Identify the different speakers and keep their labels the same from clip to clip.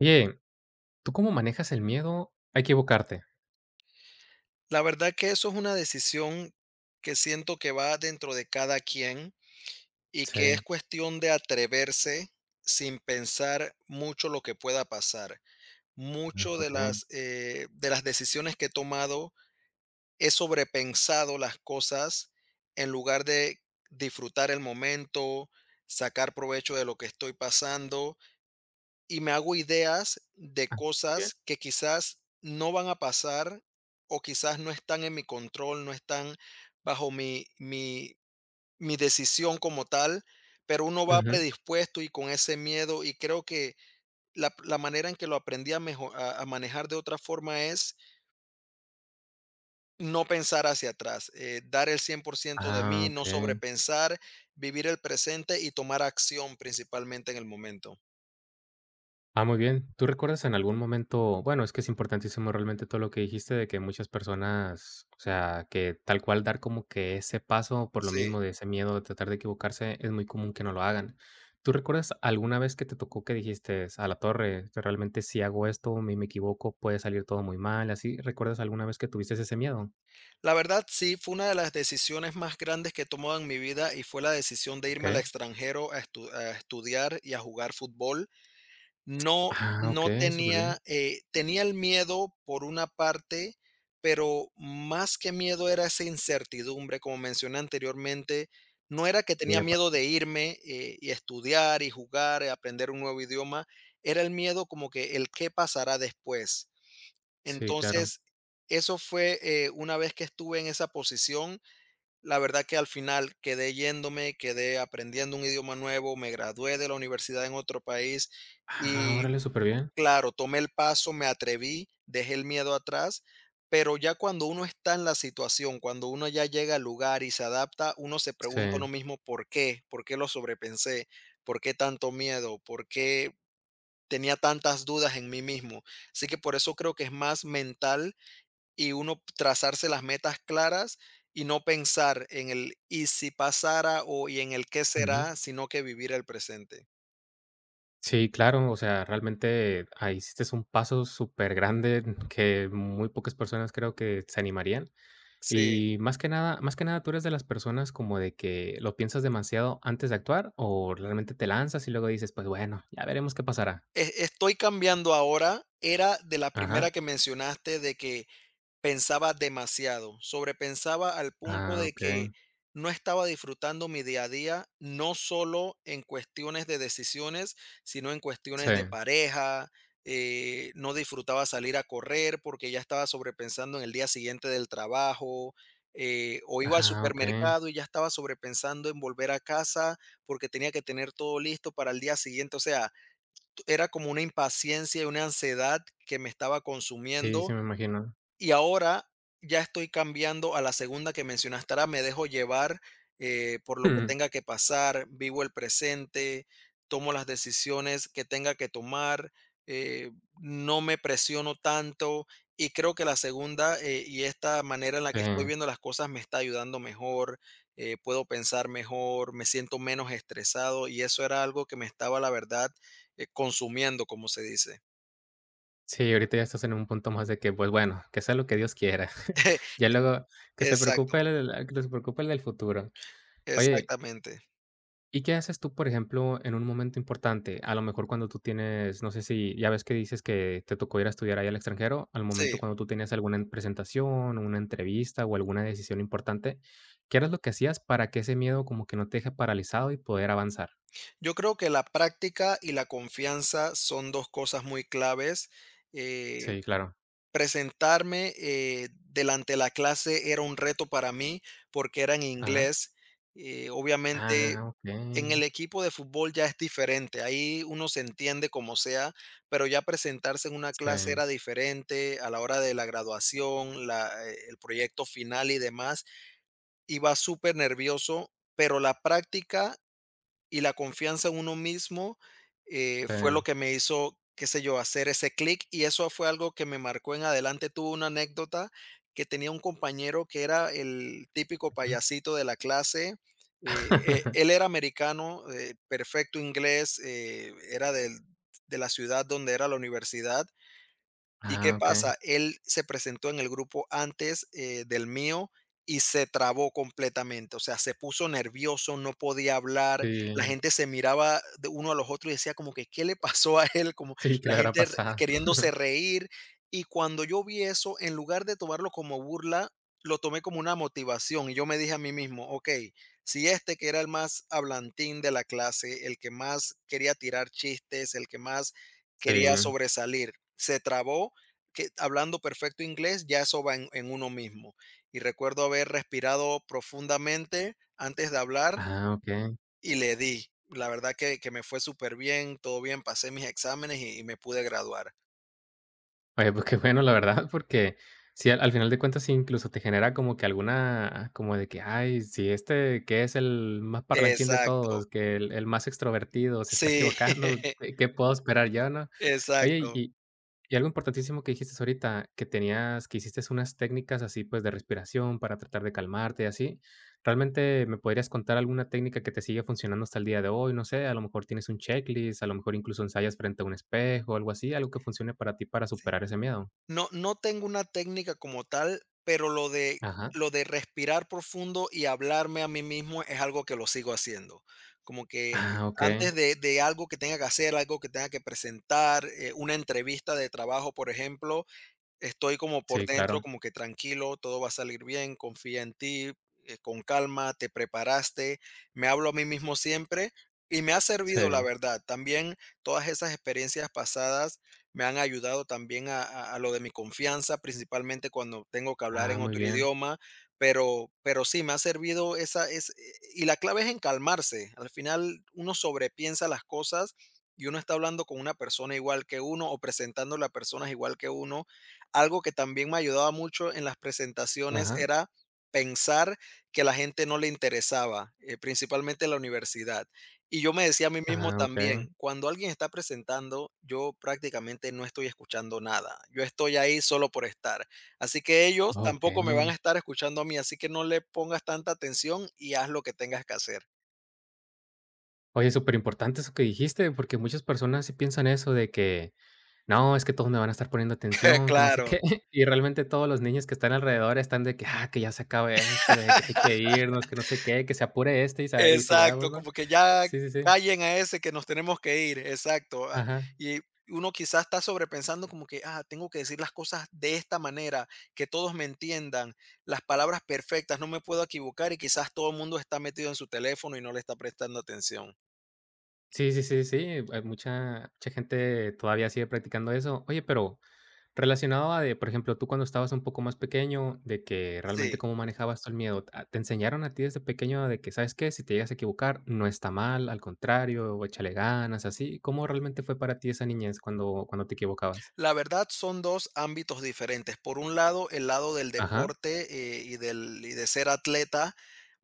Speaker 1: Oye, ¿tú cómo manejas el miedo a equivocarte?
Speaker 2: La verdad que eso es una decisión que siento que va dentro de cada quien y que es
Speaker 1: Sí,
Speaker 2: cuestión de atreverse sin pensar mucho lo que pueda pasar. Mucho de
Speaker 1: okey.
Speaker 2: de las decisiones que he tomado he sobrepensado las cosas en lugar de disfrutar el momento, sacar provecho de lo que estoy pasando y me hago ideas de
Speaker 1: Ah, bien.
Speaker 2: cosas que quizás no van a pasar o quizás no están en mi control, no están bajo mi decisión como tal, pero uno va, claro,
Speaker 1: Ujú.
Speaker 2: predispuesto y con ese miedo y creo que la manera en que lo aprendí a manejar de otra forma es no pensar hacia atrás, dar el 100% de
Speaker 1: Ah,
Speaker 2: mí, no
Speaker 1: okey.
Speaker 2: sobrepensar, vivir el presente y tomar acción principalmente en el momento.
Speaker 1: Ah, muy bien. ¿Tú recuerdas en algún momento? Bueno, es que es importantísimo realmente todo lo que dijiste de que muchas personas, o sea, que tal cual dar como que ese paso por lo
Speaker 2: Sí.
Speaker 1: mismo de ese miedo de tratar de equivocarse, es muy común que no lo hagan. ¿Tú recuerdas alguna vez que te tocó que dijiste: "A la torre, que realmente si hago esto, me equivoco, puede salir todo muy mal", así? ¿Recuerdas alguna vez que tuviste ese miedo?
Speaker 2: La verdad, sí, fue una de las decisiones más grandes que he tomado en mi vida y fue la decisión de irme al
Speaker 1: Okey.
Speaker 2: extranjero a estudiar y a jugar fútbol. No,
Speaker 1: Ah, ok,
Speaker 2: no
Speaker 1: súper bien.
Speaker 2: tenía, eh, tenía el miedo por una parte, pero más que miedo era esa incertidumbre, como mencioné anteriormente. No
Speaker 1: Sí,
Speaker 2: era que tenía
Speaker 1: llega pa,
Speaker 2: miedo de irme y estudiar y jugar y aprender un nuevo idioma, era el miedo como que el qué pasará después.
Speaker 1: sí, claro.
Speaker 2: Entonces, eso fue, una vez que estuve en esa posición, la verdad que al final quedé yéndome, quedé aprendiendo un idioma nuevo, me gradué de la universidad en otro país
Speaker 1: Ah,
Speaker 2: y
Speaker 1: órale, súper bien.
Speaker 2: claro, tomé el paso, me atreví, dejé el miedo atrás, pero ya cuando uno está en la situación, cuando uno ya llega al lugar y se adapta, uno se pregunta uno
Speaker 1: Sí,
Speaker 2: mismo por qué lo sobrepensé, por qué tanto miedo, por qué tenía tantas dudas en mí mismo. Así que por eso creo que es más mental y uno trazarse las metas claras y no pensar en el y si pasara o y en el qué
Speaker 1: ujú.
Speaker 2: será, sino que vivir el presente.
Speaker 1: Sí, claro, o sea, realmente ahí hiciste un paso súper grande que muy pocas personas creo que se animarían.
Speaker 2: Sí,
Speaker 1: Y más que nada, ¿tú eres de las personas como de que lo piensas demasiado antes de actuar o realmente te lanzas y luego dices: "Pues bueno, ya veremos qué pasará"?
Speaker 2: estoy cambiando ahora. Era de la
Speaker 1: Ajá.
Speaker 2: primera que mencionaste de que pensaba demasiado, sobrepensaba al punto
Speaker 1: Ah,
Speaker 2: de que
Speaker 1: okey.
Speaker 2: no estaba disfrutando mi día a día, no solo en cuestiones de decisiones, sino en cuestiones de
Speaker 1: Sí.
Speaker 2: pareja, no disfrutaba salir a correr porque ya estaba sobrepensando en el día siguiente del trabajo, o iba al
Speaker 1: Ah, okey.
Speaker 2: supermercado y ya estaba sobrepensando en volver a casa porque tenía que tener todo listo para el día siguiente, o sea, era como una impaciencia y una ansiedad que me estaba
Speaker 1: Sí, sí
Speaker 2: consumiendo
Speaker 1: me imagino.
Speaker 2: y ahora ya estoy cambiando a la segunda que mencionaste, ahora me dejo llevar, por lo que tenga que pasar, vivo el presente, tomo las decisiones que tenga que tomar, eh, no me presiono tanto y creo que la segunda, y esta manera en la
Speaker 1: Sí.
Speaker 2: que estoy viendo las cosas me está ayudando mejor, puedo pensar mejor, me siento menos estresado y eso era algo que me estaba, la verdad, consumiendo, como se dice.
Speaker 1: Sí, ahorita ya estás en un punto más de que, pues bueno, que sea lo que Dios quiera. Ya luego que se
Speaker 2: Exacto,
Speaker 1: preocupe el, que se preocupe el del futuro. Oye,
Speaker 2: exactamente.
Speaker 1: ¿y qué haces tú, por ejemplo, en un momento importante? A lo mejor cuando tú tienes, no sé si ya ves que dices que te tocó ir a estudiar ahí al extranjero, al
Speaker 2: Sí.
Speaker 1: momento cuando tú tenías alguna presentación, una entrevista o alguna decisión importante, ¿qué era lo que hacías para que ese miedo como que no te deje paralizado y poder avanzar?
Speaker 2: Yo creo que la práctica y la confianza son 2 cosas muy claves. Eh,
Speaker 1: Sí, claro.
Speaker 2: presentarme, delante de la clase era un reto para mí, porque era en
Speaker 1: Ajá.
Speaker 2: inglés. Obviamente,
Speaker 1: Ah,
Speaker 2: en el
Speaker 1: okey.
Speaker 2: equipo de fútbol ya es diferente, ahí uno se entiende como sea, pero ya presentarse en una clase
Speaker 1: Sí,
Speaker 2: era diferente, a la hora de la graduación, el proyecto final y demás, iba súper nervioso. Pero la práctica y la confianza en uno mismo,
Speaker 1: sí.
Speaker 2: fue lo que me hizo, qué sé yo, hacer ese clic, y eso fue algo que me marcó en adelante. Tuve una anécdota que tenía un compañero que era el típico
Speaker 1: Ujú.
Speaker 2: payasito de la clase, él era americano, perfecto inglés, era del de la ciudad donde era la universidad. ¿Y qué
Speaker 1: Ah, okey.
Speaker 2: pasa? Él se presentó en el grupo antes, del mío y se trabó completamente, o sea, se puso nervioso, no podía hablar, la
Speaker 1: Sí,
Speaker 2: gente se miraba de uno a los otros y decía como que, ¿qué le pasó a él? Como
Speaker 1: sí, ¿que
Speaker 2: la
Speaker 1: le habrá
Speaker 2: gente
Speaker 1: pasado?
Speaker 2: queriéndose reír. Y cuando yo vi eso, en lugar de tomarlo como burla, lo tomé como una motivación y yo me dije a mí mismo, ok, si este que era el más hablantín de la clase, el que más quería tirar chistes, el que más
Speaker 1: Sí.
Speaker 2: quería sobresalir, se trabó que hablando perfecto inglés, ya eso va en uno mismo. Y recuerdo haber respirado profundamente antes de hablar
Speaker 1: Ah, okey.
Speaker 2: y le di. La verdad que me fue súper bien, todo bien, pasé mis exámenes y me pude graduar.
Speaker 1: Oye, pues qué bueno, la verdad, porque sí, al final de cuentas, sí incluso te genera como que alguna como de que: "Ay, si este que es el más parlanchín de
Speaker 2: Exacto.
Speaker 1: todos, que el más extrovertido se está
Speaker 2: Sí,
Speaker 1: equivocando, ¿¿qué puedo esperar yo?", ¿no? Oye,
Speaker 2: exacto.
Speaker 1: y algo importantísimo que dijiste ahorita, que tenías que hiciste unas técnicas así, pues, de respiración para tratar de calmarte y así. ¿Realmente me podrías contar alguna técnica que te sigue funcionando hasta el día de hoy? No sé, a lo mejor tienes un checklist, a lo mejor incluso ensayas frente a un espejo, algo así, algo que funcione para ti para superar ese miedo.
Speaker 2: No, no tengo una técnica como tal, pero lo de
Speaker 1: Ajá.
Speaker 2: lo de respirar profundo y hablarme a mí mismo es algo que lo sigo haciendo. Como que
Speaker 1: Ah, okey.
Speaker 2: antes de algo que tenga que hacer, algo que tenga que presentar, una entrevista de trabajo, por ejemplo, estoy como por
Speaker 1: Sí,
Speaker 2: dentro,
Speaker 1: claro.
Speaker 2: como que tranquilo, todo va a salir bien, confía en ti, con calma, te preparaste, me hablo a mí mismo siempre y me ha servido, la
Speaker 1: Sí.
Speaker 2: verdad. También todas esas experiencias pasadas me han ayudado también a lo de mi confianza, principalmente cuando tengo que hablar
Speaker 1: Ah,
Speaker 2: en
Speaker 1: muy
Speaker 2: otro
Speaker 1: bien.
Speaker 2: idioma, pero sí, me ha servido esa, y la clave es en calmarse. Al final uno sobrepiensa las cosas y uno está hablando con una persona igual que uno o presentando a personas igual que uno. Algo que también me ayudaba mucho en las presentaciones
Speaker 1: Ajá.
Speaker 2: era pensar que la gente no le interesaba, principalmente en la universidad. Y yo me decía a mí mismo
Speaker 1: Ah, okey.
Speaker 2: también, cuando alguien está presentando, yo prácticamente no estoy escuchando nada. Yo estoy ahí solo por estar. Así que ellos
Speaker 1: Okey.
Speaker 2: tampoco me van a estar escuchando a mí, así que no le pongas tanta atención y haz lo que tengas que hacer.
Speaker 1: Oye, súper importante eso que dijiste, porque muchas personas sí piensan eso de que: "No, es que todos me van a estar poniendo atención, que no sé
Speaker 2: Claro.
Speaker 1: qué". Y realmente todos los niños que están alrededor están de que, ah, que ya se acabe esto, de que hay que irnos, que no sé qué, que se apure este y, sa y
Speaker 2: Exacto,
Speaker 1: sigamos, ¿no?
Speaker 2: como que ya
Speaker 1: Sí, sí, sí.
Speaker 2: callen a ese que nos tenemos que ir, exacto.
Speaker 1: Ajá.
Speaker 2: Y uno quizás está sobrepensando como que, tengo que decir las cosas de esta manera, que todos me entiendan, las palabras perfectas, no me puedo equivocar y quizás todo el mundo está metido en su teléfono y no le está prestando atención.
Speaker 1: Sí, sí, sí, sí. Hay mucha gente todavía sigue practicando eso. Oye, pero relacionado a de, por ejemplo, tú cuando estabas un poco más pequeño, de que realmente
Speaker 2: Sí,
Speaker 1: cómo manejabas tú el miedo, ¿a te enseñaron a ti desde pequeño de que, sabes qué? Si te llegas a equivocar, no está mal, al contrario, o échale ganas, así. ¿Cómo realmente fue para ti esa niñez cuando te equivocabas?
Speaker 2: la verdad son dos ámbitos diferentes. Por un lado, el lado del
Speaker 1: Ajá,
Speaker 2: deporte y de ser atleta.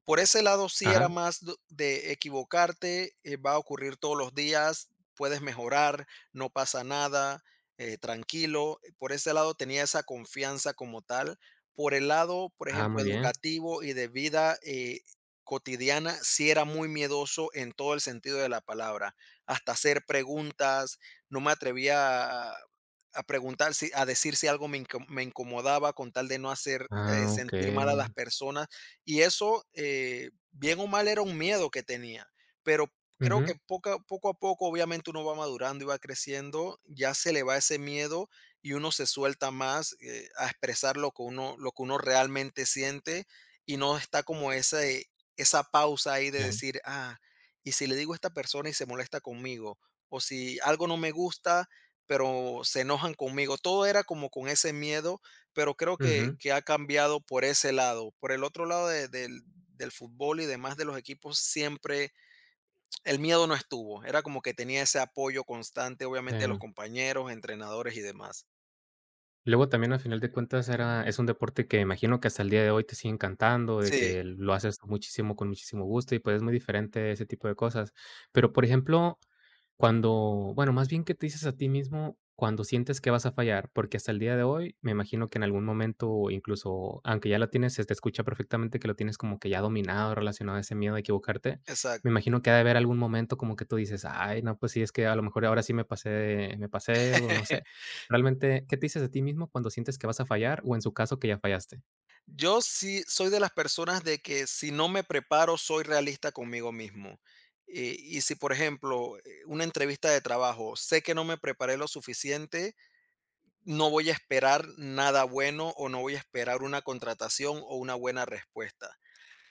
Speaker 2: Por ese lado, sí era
Speaker 1: ajá,
Speaker 2: más de equivocarte, va a ocurrir todos los días, puedes mejorar, no pasa nada, tranquilo. Por ese lado tenía esa confianza como tal. Por el lado, por
Speaker 1: ah,
Speaker 2: ejemplo,
Speaker 1: muy bien.
Speaker 2: educativo y de vida cotidiana, sí era muy miedoso en todo el sentido de la palabra. Hasta hacer preguntas, no me atrevía a preguntar, a decir si algo me incomodaba con tal de no hacer
Speaker 1: Ah,
Speaker 2: sentir mal a las
Speaker 1: okey.
Speaker 2: personas y eso, bien o mal, era un miedo que tenía, pero creo
Speaker 1: Ujú,
Speaker 2: que poco a poco, obviamente, uno va madurando y va creciendo, ya se le va ese miedo y uno se suelta más a expresar lo que uno realmente siente y no está como esa pausa ahí de
Speaker 1: sí,
Speaker 2: decir, y si le digo a esta persona y se molesta conmigo, o si algo no me gusta, pero se enojan conmigo. Todo era como con ese miedo, pero creo que
Speaker 1: ujú,
Speaker 2: que ha cambiado por ese lado. Por el otro lado de del del fútbol y demás de los equipos, siempre el miedo no estuvo. Era como que tenía ese apoyo constante, obviamente, de los
Speaker 1: sí.
Speaker 2: compañeros, entrenadores y demás.
Speaker 1: Luego también, al final de cuentas, era, es un deporte que imagino que hasta el día de hoy te sigue encantando, de
Speaker 2: Sí,
Speaker 1: que lo haces muchísimo con muchísimo gusto y, pues, es muy diferente ese tipo de cosas. Pero, por ejemplo, cuando, bueno, más bien, ¿qué te dices a ti mismo cuando sientes que vas a fallar? Porque hasta el día de hoy, me imagino que en algún momento, incluso aunque ya lo tienes, se te escucha perfectamente que lo tienes como que ya dominado, relacionado a ese miedo de equivocarte. Me
Speaker 2: exacto.
Speaker 1: imagino que ha de haber algún momento como que tú dices: "Ay, no, pues sí, es que a lo mejor ahora sí me pasé", o no sé. Realmente, ¿qué te dices a ti mismo cuando sientes que vas a fallar? O en su caso, que ya fallaste.
Speaker 2: Yo sí soy de las personas de que si no me preparo, soy realista conmigo mismo. Y si, por ejemplo, una entrevista de trabajo, sé que no me preparé lo suficiente, no voy a esperar nada bueno o no voy a esperar una contratación o una buena respuesta.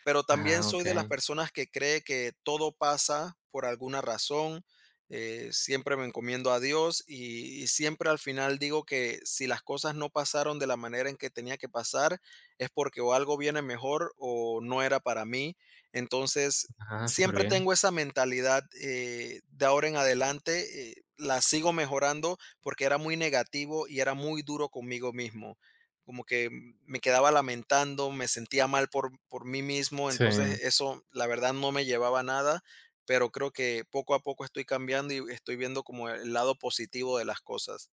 Speaker 2: Pero también
Speaker 1: Ah,
Speaker 2: soy de las
Speaker 1: okey.
Speaker 2: personas que cree que todo pasa por alguna razón. Siempre me encomiendo a Dios y siempre al final digo que si las cosas no pasaron de la manera en que tenía que pasar es porque o algo viene mejor o no era para mí. Entonces,
Speaker 1: Ah, súper
Speaker 2: siempre
Speaker 1: bien.
Speaker 2: tengo esa mentalidad de ahora en adelante. La sigo mejorando porque era muy negativo y era muy duro conmigo mismo, como que me quedaba lamentando, me sentía mal por mí mismo,
Speaker 1: Sí.
Speaker 2: entonces eso la verdad no me llevaba a nada, pero creo que poco a poco estoy cambiando y estoy viendo como el lado positivo de las cosas.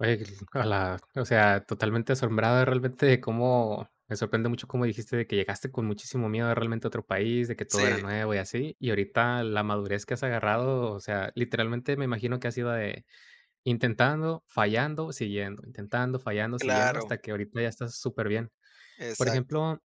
Speaker 1: Oye, a la, o sea, totalmente asombrado realmente de cómo, me sorprende mucho cómo dijiste de que llegaste con muchísimo miedo de realmente a otro país, de que todo era
Speaker 2: Sí,
Speaker 1: nuevo y así, y ahorita la madurez que has agarrado, o sea, literalmente me imagino que has ido de intentando, fallando, siguiendo,
Speaker 2: claro,
Speaker 1: hasta que ahorita ya estás súper bien. Por
Speaker 2: exacto.
Speaker 1: ejemplo,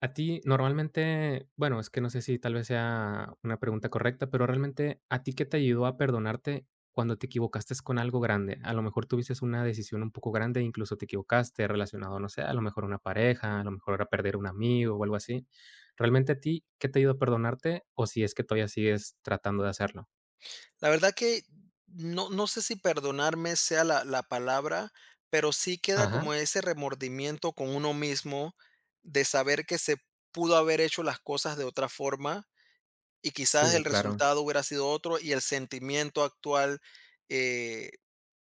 Speaker 1: a ti normalmente, bueno, es que no sé si tal vez sea una pregunta correcta, pero realmente, ¿a ti qué te ayudó a perdonarte cuando te equivocaste con algo grande? A lo mejor tuviste una decisión un poco grande, incluso te equivocaste relacionado, no sé, a lo mejor una pareja, a lo mejor era perder un amigo o algo así. ¿Realmente a ti qué te ayudó a perdonarte o si es que todavía sigues tratando de hacerlo?
Speaker 2: La verdad que no sé si perdonarme sea la palabra, pero sí queda
Speaker 1: Ajá,
Speaker 2: como ese remordimiento con uno mismo de saber que se pudo haber hecho las cosas de otra forma, y quizás el
Speaker 1: sí, claro.
Speaker 2: resultado hubiera sido otro y el sentimiento actual, eh,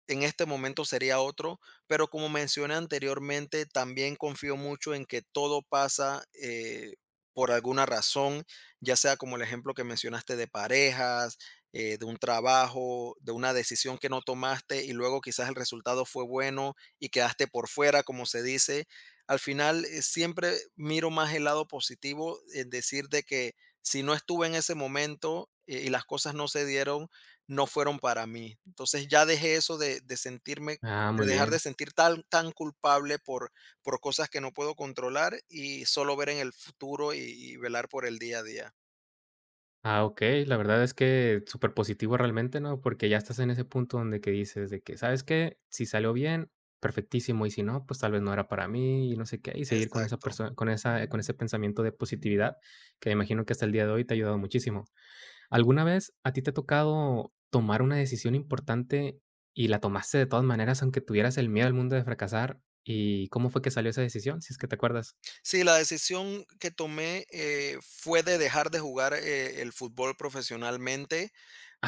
Speaker 2: en este momento sería otro, pero como mencioné anteriormente, también confío mucho en que todo pasa por alguna razón, ya sea como el ejemplo que mencionaste de parejas, de un trabajo, de una decisión que no tomaste y luego quizás el resultado fue bueno y quedaste por fuera, como se dice. Al final, siempre miro más el lado positivo, en decir de que si no estuve en ese momento y las cosas no se dieron, no fueron para mí. Entonces ya dejé eso de, sentirme,
Speaker 1: Ah,
Speaker 2: de
Speaker 1: muy
Speaker 2: dejar de
Speaker 1: bien.
Speaker 2: sentir tan, tan culpable por cosas que no puedo controlar y solo ver en el futuro y velar por el día a día.
Speaker 1: Ah, okey. La verdad es que superpositivo realmente, ¿no? Porque ya estás en ese punto donde que dices de que: "¿Sabes qué? Si salió bien, perfectísimo, y si no, pues, tal vez no era para mí", y no sé qué, y seguir con esa
Speaker 2: Exacto.
Speaker 1: persona, con esa con ese pensamiento de positividad, que me imagino que hasta el día de hoy te ha ayudado muchísimo. ¿Alguna vez a ti te ha tocado tomar una decisión importante y la tomaste de todas maneras, aunque tuvieras el miedo al mundo de fracasar? ¿Y cómo fue que salió esa decisión? Si es que te acuerdas.
Speaker 2: Sí, la decisión que tomé fue de dejar de jugar el fútbol profesionalmente.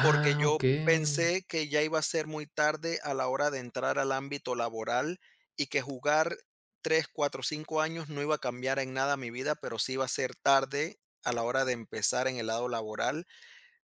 Speaker 2: Porque yo
Speaker 1: okey.
Speaker 2: pensé que ya iba a ser muy tarde a la hora de entrar al ámbito laboral y que jugar 3, 4, 5 años no iba a cambiar en nada mi vida, pero sí iba a ser tarde a la hora de empezar en el lado laboral.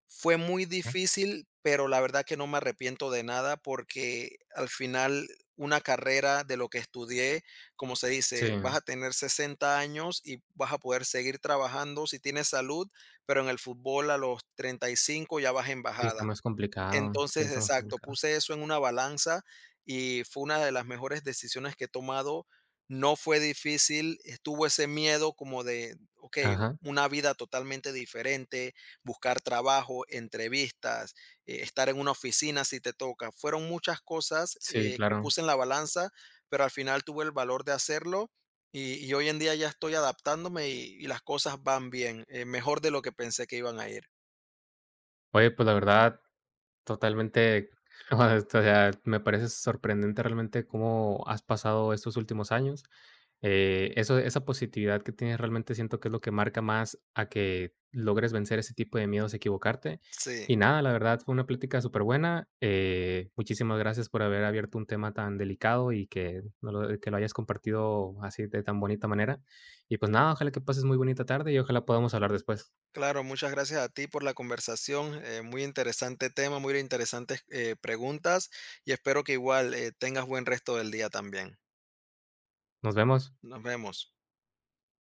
Speaker 2: Fue muy
Speaker 1: Ah,
Speaker 2: difícil, pero la verdad que no me arrepiento de nada porque al final una carrera de lo que estudié, como se
Speaker 1: sí.
Speaker 2: dice, vas a tener 60 años y vas a poder seguir trabajando si tienes salud, pero en el fútbol a los 35 ya vas en
Speaker 1: Sí, está
Speaker 2: bajada.
Speaker 1: más complicado. Sí,
Speaker 2: Entonces,
Speaker 1: está más
Speaker 2: exacto,
Speaker 1: complicado.
Speaker 2: puse eso en una balanza y fue una de las mejores decisiones que he tomado. No fue difícil, estuvo ese miedo como de, okey,
Speaker 1: Ajá,
Speaker 2: una vida totalmente diferente, buscar trabajo, entrevistas, estar en una oficina si te toca. Fueron muchas cosas,
Speaker 1: sí,
Speaker 2: eh, que
Speaker 1: claro.
Speaker 2: puse en la balanza, pero al final tuve el valor de hacerlo y hoy en día ya estoy adaptándome y las cosas van bien, mejor de lo que pensé que iban a ir.
Speaker 1: Oye, pues la verdad, totalmente, o sea, me parece sorprendente realmente cómo has pasado estos últimos años. Eso, esa positividad que tienes realmente siento que es lo que marca más a que logres vencer ese tipo de miedos a equivocarte.
Speaker 2: Sí.
Speaker 1: Y nada, la verdad fue una plática súper buena. Muchísimas gracias por haber abierto un tema tan delicado y que, no lo- que lo hayas compartido así de tan bonita manera. Y pues nada, ojalá que pases muy bonita tarde y ojalá podamos hablar después.
Speaker 2: Claro, muchas gracias a ti por la conversación. Muy interesante tema, muy interesantes preguntas y espero que igual tengas buen resto del día también.
Speaker 1: Nos vemos.
Speaker 2: Nos vemos.